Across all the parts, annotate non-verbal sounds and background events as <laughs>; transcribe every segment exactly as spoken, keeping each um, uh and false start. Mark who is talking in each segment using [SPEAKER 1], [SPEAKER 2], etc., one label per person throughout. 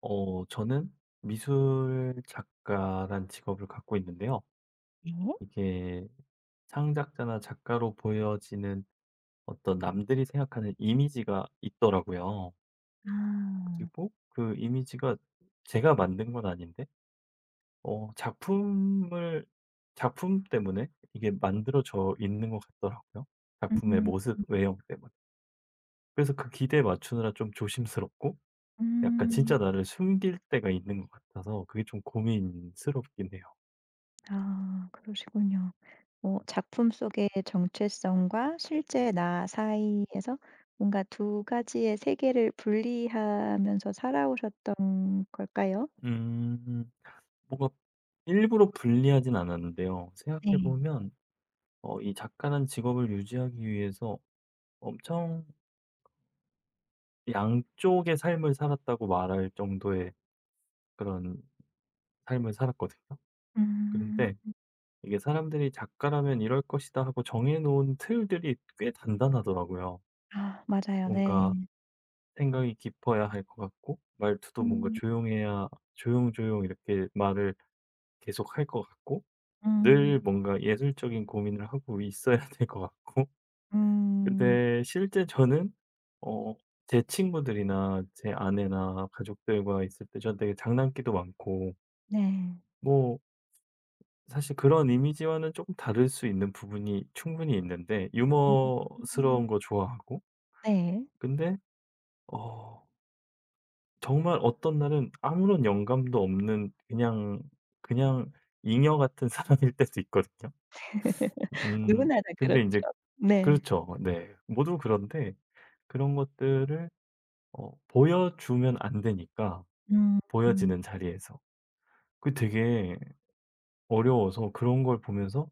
[SPEAKER 1] 어 저는 미술 작가란 직업을 갖고 있는데요.
[SPEAKER 2] 네.
[SPEAKER 1] 이게 창작자나 작가로 보여지는 어떤 남들이 생각하는 이미지가 있더라고요.
[SPEAKER 2] 아.
[SPEAKER 1] 그리고 그 이미지가 제가 만든 건 아닌데 어 작품을 작품 때문에 이게 만들어져 있는 것 같더라고요. 작품의
[SPEAKER 2] 음.
[SPEAKER 1] 모습, 외형 때문에. 그래서 그 기대에 맞추느라 좀 조심스럽고 약간
[SPEAKER 2] 음.
[SPEAKER 1] 진짜 나를 숨길 때가 있는 것 같아서 그게 좀 고민스럽긴 해요.
[SPEAKER 2] 아 그러시군요. 뭐 작품 속의 정체성과 실제 나 사이에서 뭔가 두 가지의 세계를 분리하면서 살아오셨던 걸까요?
[SPEAKER 1] 음. 뭔가 일부러 불리하진 않았는데요. 생각해
[SPEAKER 2] 네.
[SPEAKER 1] 보면 어 이 작가는 직업을 유지하기 위해서 엄청 양쪽의 삶을 살았다고 말할 정도의 그런 삶을 살았거든요.
[SPEAKER 2] 음.
[SPEAKER 1] 그런데 이게 사람들이 '작가라면 이럴 것이다.' 하고 정해 놓은 틀들이 꽤 단단하더라고요.
[SPEAKER 2] 아 맞아요.
[SPEAKER 1] 뭔가
[SPEAKER 2] 네.
[SPEAKER 1] 생각이 깊어야 할 것 같고 말투도 뭔가
[SPEAKER 2] 음.
[SPEAKER 1] 조용해야 조용조용 이렇게 말을 계속할 것 같고 늘
[SPEAKER 2] 음.
[SPEAKER 1] 뭔가 예술적인 고민을 하고 있어야 <laughs> 될 것 같고
[SPEAKER 2] 음.
[SPEAKER 1] 근데 실제 저는 어 제 친구들이나 제 아내나 가족들과 있을 때 전 되게 장난기도 많고
[SPEAKER 2] 네.
[SPEAKER 1] 뭐 사실 그런 이미지와는 조금 다를 수 있는 부분이 충분히 있는데 유머스러운
[SPEAKER 2] 음.
[SPEAKER 1] 거 좋아하고
[SPEAKER 2] 네.
[SPEAKER 1] 근데 어 정말 어떤 날은 아무런 영감도 없는 그냥, 그냥 잉여 같은 <laughs> 사람일 때도 있거든요.
[SPEAKER 2] <laughs>
[SPEAKER 1] 음
[SPEAKER 2] 누구나 다
[SPEAKER 1] 근데 이제
[SPEAKER 2] 그렇죠. 네.
[SPEAKER 1] 그렇죠. 네. 모두 그런데 그런 것들을 어 보여주면 안 되니까
[SPEAKER 2] 음. 음.
[SPEAKER 1] 보여지는 자리에서. 그게 되게 어려워서 그런 걸 보면서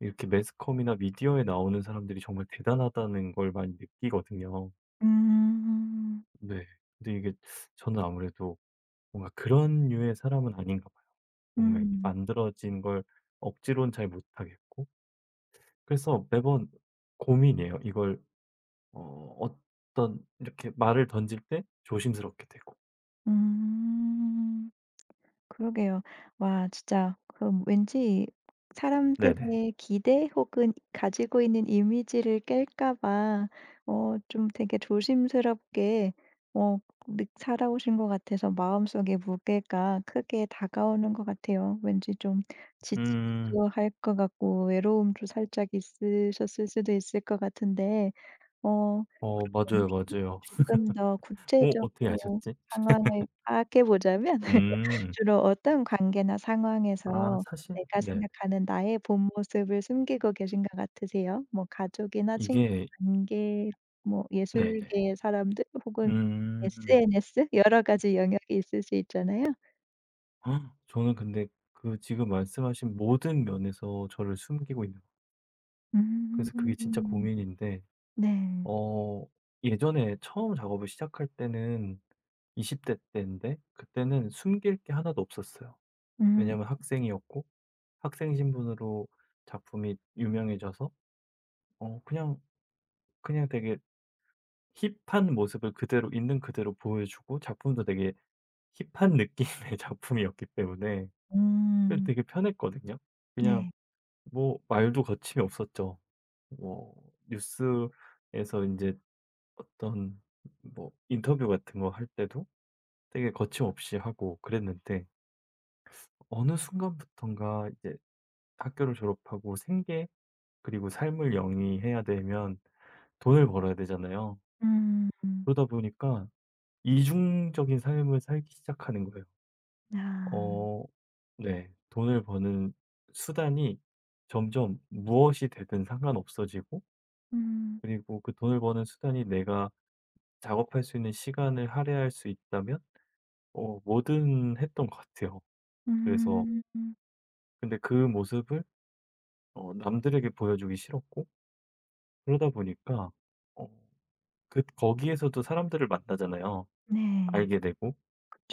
[SPEAKER 1] 이렇게 매스컴이나 미디어에 나오는 사람들이 정말 대단하다는 걸 많이 느끼거든요.
[SPEAKER 2] 음.
[SPEAKER 1] 네. 근데 이게 저는 아무래도 뭔가 그런 류의 사람은 아닌가 봐요. 뭔가 이렇게
[SPEAKER 2] 음.
[SPEAKER 1] 만들어진 걸 억지로는 잘 못하겠고. 그래서 매번 고민이에요. 이걸 어 어떤 이렇게 말을 던질 때 조심스럽게 되고.
[SPEAKER 2] 음. 그러게요. 와 진짜 그럼 왠지
[SPEAKER 1] 네네.
[SPEAKER 2] 사람들의 기대 혹은 가지고 있는 이미지를 깰까 봐 어 좀 되게 조심스럽게 어 느 살아오신 것 같아서 마음속에 무게가 크게 다가오는 것 같아요. 왠지 좀
[SPEAKER 1] 음.
[SPEAKER 2] 지치기도 할 것 같고 외로움도 살짝 있으셨을 수도 있을 것 같은데 어 그
[SPEAKER 1] 어
[SPEAKER 2] 러
[SPEAKER 1] 맞아요,
[SPEAKER 2] 혹시
[SPEAKER 1] 맞아요.
[SPEAKER 2] 조금 더
[SPEAKER 1] 어 어떻게
[SPEAKER 2] 구체적으로
[SPEAKER 1] 아셨지?
[SPEAKER 2] 상황을 파악해 보자면 <laughs>
[SPEAKER 1] 음.
[SPEAKER 2] 주로 어떤 관계나
[SPEAKER 1] 아
[SPEAKER 2] 상황에서
[SPEAKER 1] 사실
[SPEAKER 2] 내가
[SPEAKER 1] 네.
[SPEAKER 2] 생각하는 나의 본 모습을 숨기고 계신 것 같으세요? 뭐 가족이나 친구
[SPEAKER 1] 이게
[SPEAKER 2] 관계, 뭐 예술
[SPEAKER 1] 네네.
[SPEAKER 2] 계 사람들 혹은
[SPEAKER 1] 음.
[SPEAKER 2] 에스엔에스 여러 가지 영역이 있을 수 있잖아요.
[SPEAKER 1] 헉, 저는 근데 그 지금 말씀하신 모든 면에서 저를 숨기고 있는 거. 그래서 그게 진짜
[SPEAKER 2] 음.
[SPEAKER 1] 고민인데
[SPEAKER 2] 네.
[SPEAKER 1] 어 예전에 처음 작업을 시작할 때는 이십 대 때인데 그때는 숨길 게 하나도 없었어요.
[SPEAKER 2] 음.
[SPEAKER 1] 왜냐면 학생이었고 학생 신분으로 작품이 유명해져서 어 그냥 그냥 되게 힙한 모습을 그대로 있는 그대로 보여주고 작품도 되게 힙한 느낌의 <laughs> 작품이었기 때문에 그게
[SPEAKER 2] 음.
[SPEAKER 1] 되게 편했거든요. 그냥
[SPEAKER 2] 네.
[SPEAKER 1] 뭐 말도 거침이 없었죠. 뭐 뉴스에서 인제 어떤 뭐 인터뷰 같은 거 할 때도 되게 거침없이 하고 그랬는데 어느 순간부턴가 이제 학교를 졸업하고 생계 그리고 삶을 영위해야 되면 돈을 벌어야 되잖아요.
[SPEAKER 2] 음.
[SPEAKER 1] 그러다 보니까 이중적인 삶을 살기 시작하는 거예요.
[SPEAKER 2] 아.
[SPEAKER 1] 어 네. 돈을 버는 수단이 점점 무엇이 되든 상관없어지고
[SPEAKER 2] 음.
[SPEAKER 1] 그리고 그 돈을 버는 수단이 내가 작업할 수 있는 시간을 할애할 수 있다면 어 뭐든 했던 것 같아요. 그래서
[SPEAKER 2] 음.
[SPEAKER 1] 근데 그 모습을 어 남들에게 보여주기 싫었고 그러다 보니까 어 그 거기에서도 사람들을 만나잖아요.
[SPEAKER 2] 네.
[SPEAKER 1] 알게 되고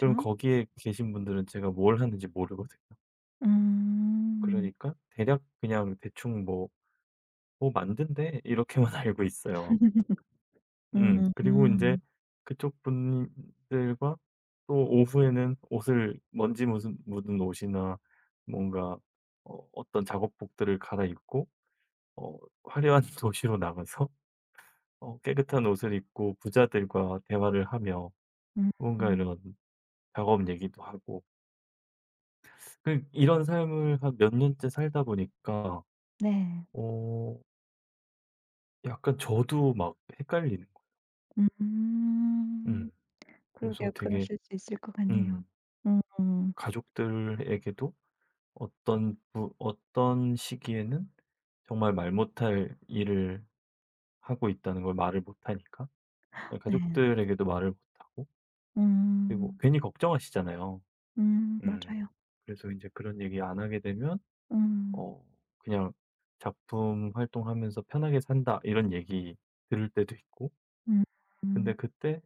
[SPEAKER 1] 그럼 거기에 계신 분들은 제가 뭘 하는지 모르거든요.
[SPEAKER 2] 음.
[SPEAKER 1] 그러니까 대략 그냥 대충 뭐 "뭐 만든대." 이렇게만 <laughs> 알고 있어요.
[SPEAKER 2] <laughs>
[SPEAKER 1] 음 그리고 이제
[SPEAKER 2] 음음.
[SPEAKER 1] 그쪽 분들과 또 오후에는 옷을 먼지 무슨 묻은 옷이나 뭔가 어 어떤 작업복들을 갈아입고 어 화려한 <laughs> 도시로 나가서 어 깨끗한 옷을 입고 부자들과 대화를 하며 뭔가
[SPEAKER 2] 음.
[SPEAKER 1] 이런 작업 얘기도 하고 그 이런 삶을 한 몇 년째 살다 보니까
[SPEAKER 2] 네.
[SPEAKER 1] 어 약간 저도 막 헷갈리는 거. 음.
[SPEAKER 2] 음.
[SPEAKER 1] 그래서
[SPEAKER 2] 그러게요.
[SPEAKER 1] 되게
[SPEAKER 2] 그러실 수 있을 것 같네요.
[SPEAKER 1] 음
[SPEAKER 2] 음. 음,
[SPEAKER 1] 가족들에게도 어떤 부 어떤 시기에는 정말 말 못할 일을 하고 있다는 걸 말을 못 하니까 예
[SPEAKER 2] 네.
[SPEAKER 1] 가족들에게도 말을 못 하고 그리고
[SPEAKER 2] 음.
[SPEAKER 1] 괜히 걱정하시잖아요.
[SPEAKER 2] 음.
[SPEAKER 1] 음.
[SPEAKER 2] 맞아요.
[SPEAKER 1] 그래서 이제 그런 얘기 안 하게 되면
[SPEAKER 2] 음.
[SPEAKER 1] 어 그냥 "작품 활동하면서 편하게 산다." 이런 얘기 들을 때도 있고
[SPEAKER 2] 음.
[SPEAKER 1] 근데
[SPEAKER 2] 음.
[SPEAKER 1] 그때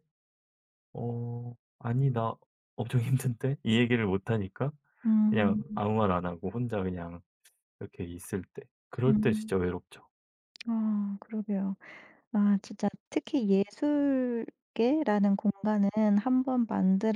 [SPEAKER 1] 어 "아니 나 엄청 <laughs> 힘든데." 이 얘기를 못 하니까 그냥
[SPEAKER 2] 음.
[SPEAKER 1] 아무 말 안 하고 혼자 그냥 이렇게 있을 때 그럴 때
[SPEAKER 2] 음.
[SPEAKER 1] 진짜 외롭죠.
[SPEAKER 2] 아 그러게요. 아 진짜 특히 예술계라는 공간은 한번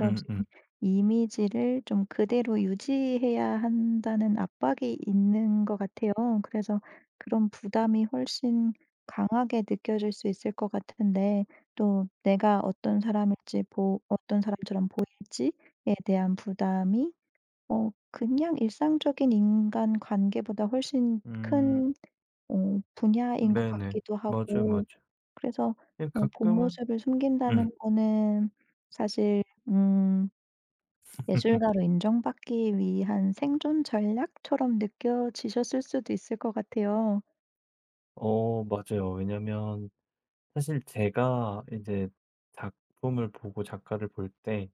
[SPEAKER 1] 음음. 음.
[SPEAKER 2] 이미지를 좀 그대로 유지해야 한다는 압박이 있는 것 같아요. 그래서 그런 부담이 훨씬 강하게 느껴질 수 있을 것 같은데 또 내가 어떤 사람일지 보 어떤 사람처럼 보일지에 대한 부담이 어 그냥 일상적인 인간관계보다 훨씬
[SPEAKER 1] 음,
[SPEAKER 2] 큰 어 분야인 것
[SPEAKER 1] 네네.
[SPEAKER 2] 같기도
[SPEAKER 1] 맞아요,
[SPEAKER 2] 하고
[SPEAKER 1] 맞아요.
[SPEAKER 2] 그래서
[SPEAKER 1] 그냥
[SPEAKER 2] 어 본
[SPEAKER 1] 가끔은
[SPEAKER 2] 모습을
[SPEAKER 1] 음.
[SPEAKER 2] 숨긴다는 거는 사실 음 예술가로
[SPEAKER 1] <laughs>
[SPEAKER 2] 인정받기 위한 생존 전략처럼 느껴지셨을 수도 있을 것 같아요.
[SPEAKER 1] 어 맞아요. 왜냐면 사실 제가 이제 작품을 보고 작가를 볼 때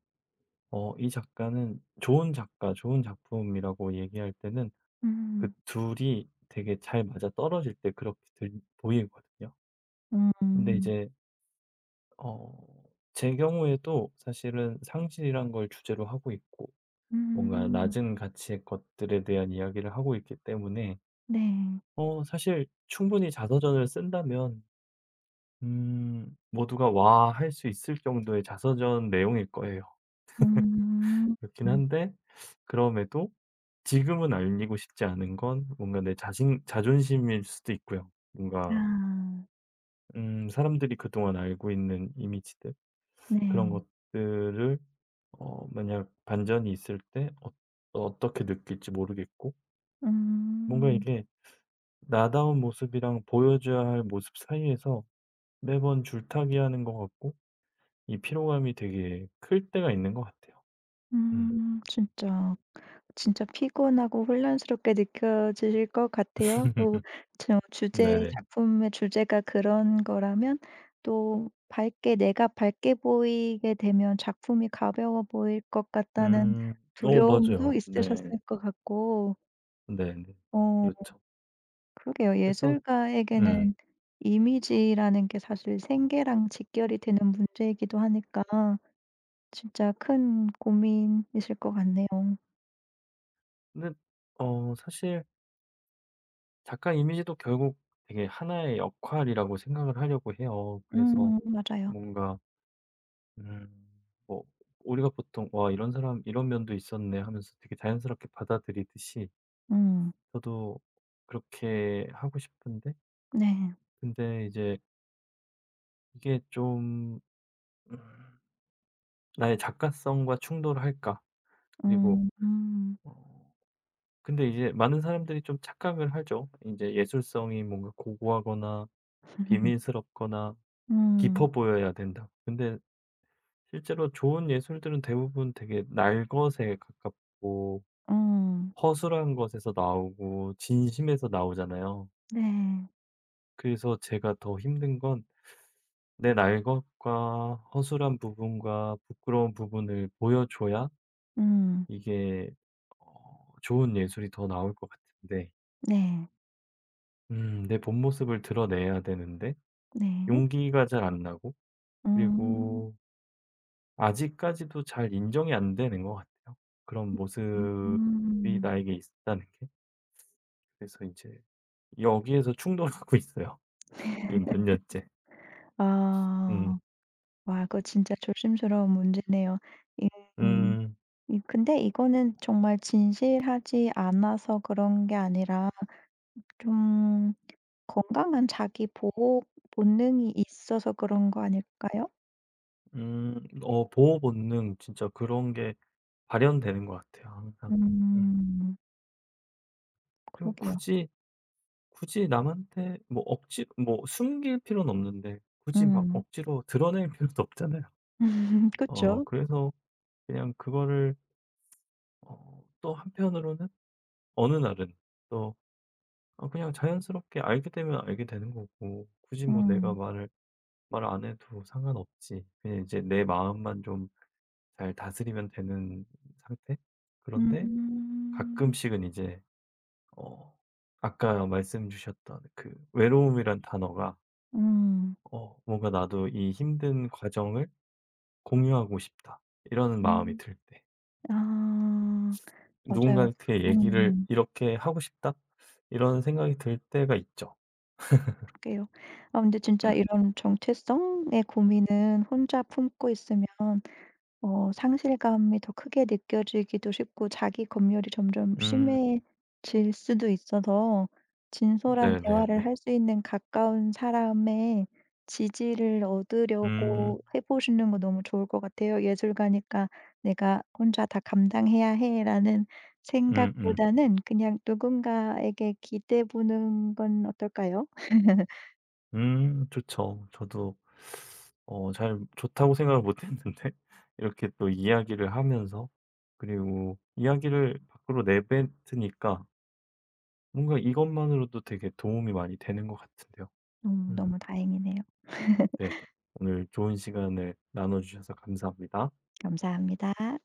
[SPEAKER 1] 어 이 작가는 좋은 작가, 좋은 작품이라고 얘기할 때는 그
[SPEAKER 2] 음.
[SPEAKER 1] 둘이 되게 잘 맞아떨어질 때 그렇게 들 보이거든요. 근데
[SPEAKER 2] 음.
[SPEAKER 1] 이제 어 제 경우에도 사실은 상실이란 걸 주제로 하고 있고 뭔가
[SPEAKER 2] 음.
[SPEAKER 1] 낮은 가치의 것들에 대한 이야기를 하고 있기 때문에
[SPEAKER 2] 네.
[SPEAKER 1] 어 사실 충분히 자서전을 쓴다면 음 모두가 "와." 할 수 있을 정도의 자서전 내용일 거예요.
[SPEAKER 2] 음.
[SPEAKER 1] 그렇긴 한데 그럼에도 지금은 알리고 싶지 않은 건 뭔가 내 자신 자존심일 수도 있고요. 뭔가
[SPEAKER 2] 아.
[SPEAKER 1] 음 사람들이 그동안 알고 있는 이미지들 그런
[SPEAKER 2] 네.
[SPEAKER 1] 것들을 어 만약 반전이 있을 때 어 어떻게 느낄지 모르겠고 뭔가
[SPEAKER 2] 음.
[SPEAKER 1] 이게 나다운 모습이랑 보여줘야 할 모습 사이에서 매번 줄타기하는 것 같고 이 피로감이 되게 클 때가 있는 것 같아요. 음.
[SPEAKER 2] 음. 진짜. 진짜 피곤하고 혼란스럽게 느껴지실 것 같아요. 또
[SPEAKER 1] <laughs>
[SPEAKER 2] 저 주제
[SPEAKER 1] 네네.
[SPEAKER 2] 작품의 주제가 그런 거라면 또 밝게 내가 밝게 보이게 되면 작품이 가벼워 보일 것 같다는
[SPEAKER 1] 음. 오, 어
[SPEAKER 2] 두려움도
[SPEAKER 1] 맞아요. 네.
[SPEAKER 2] 있으셨을 것 같고
[SPEAKER 1] 네네.
[SPEAKER 2] 어
[SPEAKER 1] 그렇죠.
[SPEAKER 2] 그러게요.
[SPEAKER 1] 그래서 음.
[SPEAKER 2] 예술가에게는 이미지라는 게 사실 생계랑 직결이 되는 문제이기도 하니까 진짜 큰 고민이실 것 같네요.
[SPEAKER 1] 근데 어 사실 작가 이미지도 결국 되게 하나의 역할이라고 생각을 하려고 해요. 그래서
[SPEAKER 2] 음 맞아요.
[SPEAKER 1] 뭔가 음 뭐 우리가 보통 '와 이런 사람 이런 면도 있었네.' 하면서 되게 자연스럽게 받아들이듯이
[SPEAKER 2] 음
[SPEAKER 1] 저도 그렇게 하고 싶은데
[SPEAKER 2] 네.
[SPEAKER 1] 근데 이제 이게 좀 음 '나의 작가성과 충돌할까?' 그리고
[SPEAKER 2] 음. 음.
[SPEAKER 1] 어 근데 이제 많은 사람들이 좀 착각을 하죠. 이제 예술성이 뭔가 고고하거나
[SPEAKER 2] <laughs>
[SPEAKER 1] 비밀스럽거나
[SPEAKER 2] 음.
[SPEAKER 1] 깊어 보여야 된다 근데 실제로 좋은 예술들은 대부분 되게 날것에 가깝고
[SPEAKER 2] 음.
[SPEAKER 1] 허술한 것에서 나오고 진심에서 나오잖아요.
[SPEAKER 2] 네.
[SPEAKER 1] 그래서 제가 더 힘든 건 내 날것과 허술한 부분과 부끄러운 부분을 보여줘야
[SPEAKER 2] 음.
[SPEAKER 1] 이게 어 좋은 예술이 더 나올 것 같은데
[SPEAKER 2] 네.
[SPEAKER 1] 음 내 본 모습을 드러내야 되는데
[SPEAKER 2] 네.
[SPEAKER 1] 용기가 잘 안 나고
[SPEAKER 2] 음.
[SPEAKER 1] 그리고 아직까지도 잘 인정이 안 되는 것 같아요. 그런 모습이
[SPEAKER 2] 음.
[SPEAKER 1] 나에게 있다는 게. 그래서 이제 여기에서 충돌하고 있어요. 지금 몇 년째. 음.
[SPEAKER 2] 아. 와 그거 진짜 조심스러운 문제네요. 이 음.
[SPEAKER 1] 음.
[SPEAKER 2] 이 근데 이거는 정말 진실하지 않아서 그런 게 아니라 좀 건강한 자기 보호 본능이 있어서 그런 거 아닐까요?
[SPEAKER 1] 음. 어 보호 본능 진짜 그런 게 발현되는 것 같아요 항상. 음.
[SPEAKER 2] 음.
[SPEAKER 1] 그리고
[SPEAKER 2] 그러게요.
[SPEAKER 1] 굳이, 굳이 남한테 뭐 억지 뭐 숨길 필요는 없는데 굳이 막
[SPEAKER 2] 음.
[SPEAKER 1] 억지로 드러낼 <laughs> 필요도 없잖아요.
[SPEAKER 2] <laughs>
[SPEAKER 1] 어
[SPEAKER 2] 그쵸?
[SPEAKER 1] 그래서 그냥 그거를 어 또 한편으로는 어느 날은 또 어 그냥 자연스럽게 알게 되면 알게 되는 거고 굳이 뭐 내가
[SPEAKER 2] 음.
[SPEAKER 1] 말을 말 안 해도 상관없지. 그냥 이제 내 마음만 좀 잘 다스리면 되는 상태? 그런데
[SPEAKER 2] 음.
[SPEAKER 1] 가끔씩은 이제 어 아까 말씀 주셨던 그 외로움이란 단어가
[SPEAKER 2] 음.
[SPEAKER 1] 어 뭔가 나도 이 힘든 과정을 공유하고 싶다. 이런 마음이
[SPEAKER 2] 음.
[SPEAKER 1] 들 때.
[SPEAKER 2] 아. 맞아요.
[SPEAKER 1] 누군가한테
[SPEAKER 2] 어
[SPEAKER 1] 얘기를 이렇게 하고 싶다. 이런 생각이 들 때가 있죠.
[SPEAKER 2] 그러게요. 아 근데 진짜
[SPEAKER 1] 음.
[SPEAKER 2] 이런 정체성의 고민은 혼자 품고 있으면 어 상실감이 더 크게 느껴지기도 쉽고 자기 검열이 점점
[SPEAKER 1] 음.
[SPEAKER 2] 심해질 수도 있어서 진솔한 대화를
[SPEAKER 1] 네네네.
[SPEAKER 2] 할 수 있는 가까운 사람의 지지를
[SPEAKER 1] 음.
[SPEAKER 2] 얻으려고 해 보시는 거 너무 좋을 것 같아요. '예술가니까 내가 혼자 다 감당해야 해.'라는
[SPEAKER 1] 음음. 음.
[SPEAKER 2] 생각보다는 그냥 누군가에게 기대 보는 건 어떨까요? <laughs>
[SPEAKER 1] 음, 좋죠. 저도 어 잘 좋다고 생각을 못 했는데 <laughs> 이렇게 또 이야기를 하면서 그리고 이야기를 밖으로 내뱉으니까 뭔가 이것만으로도 되게 도움이 많이 되는 것 같은데요.
[SPEAKER 2] 음
[SPEAKER 1] 음.
[SPEAKER 2] 너무 다행이네요.
[SPEAKER 1] 네네.
[SPEAKER 2] <laughs>
[SPEAKER 1] 오늘 좋은 시간을 나눠 주셔서 감사합니다.
[SPEAKER 2] 감사합니다.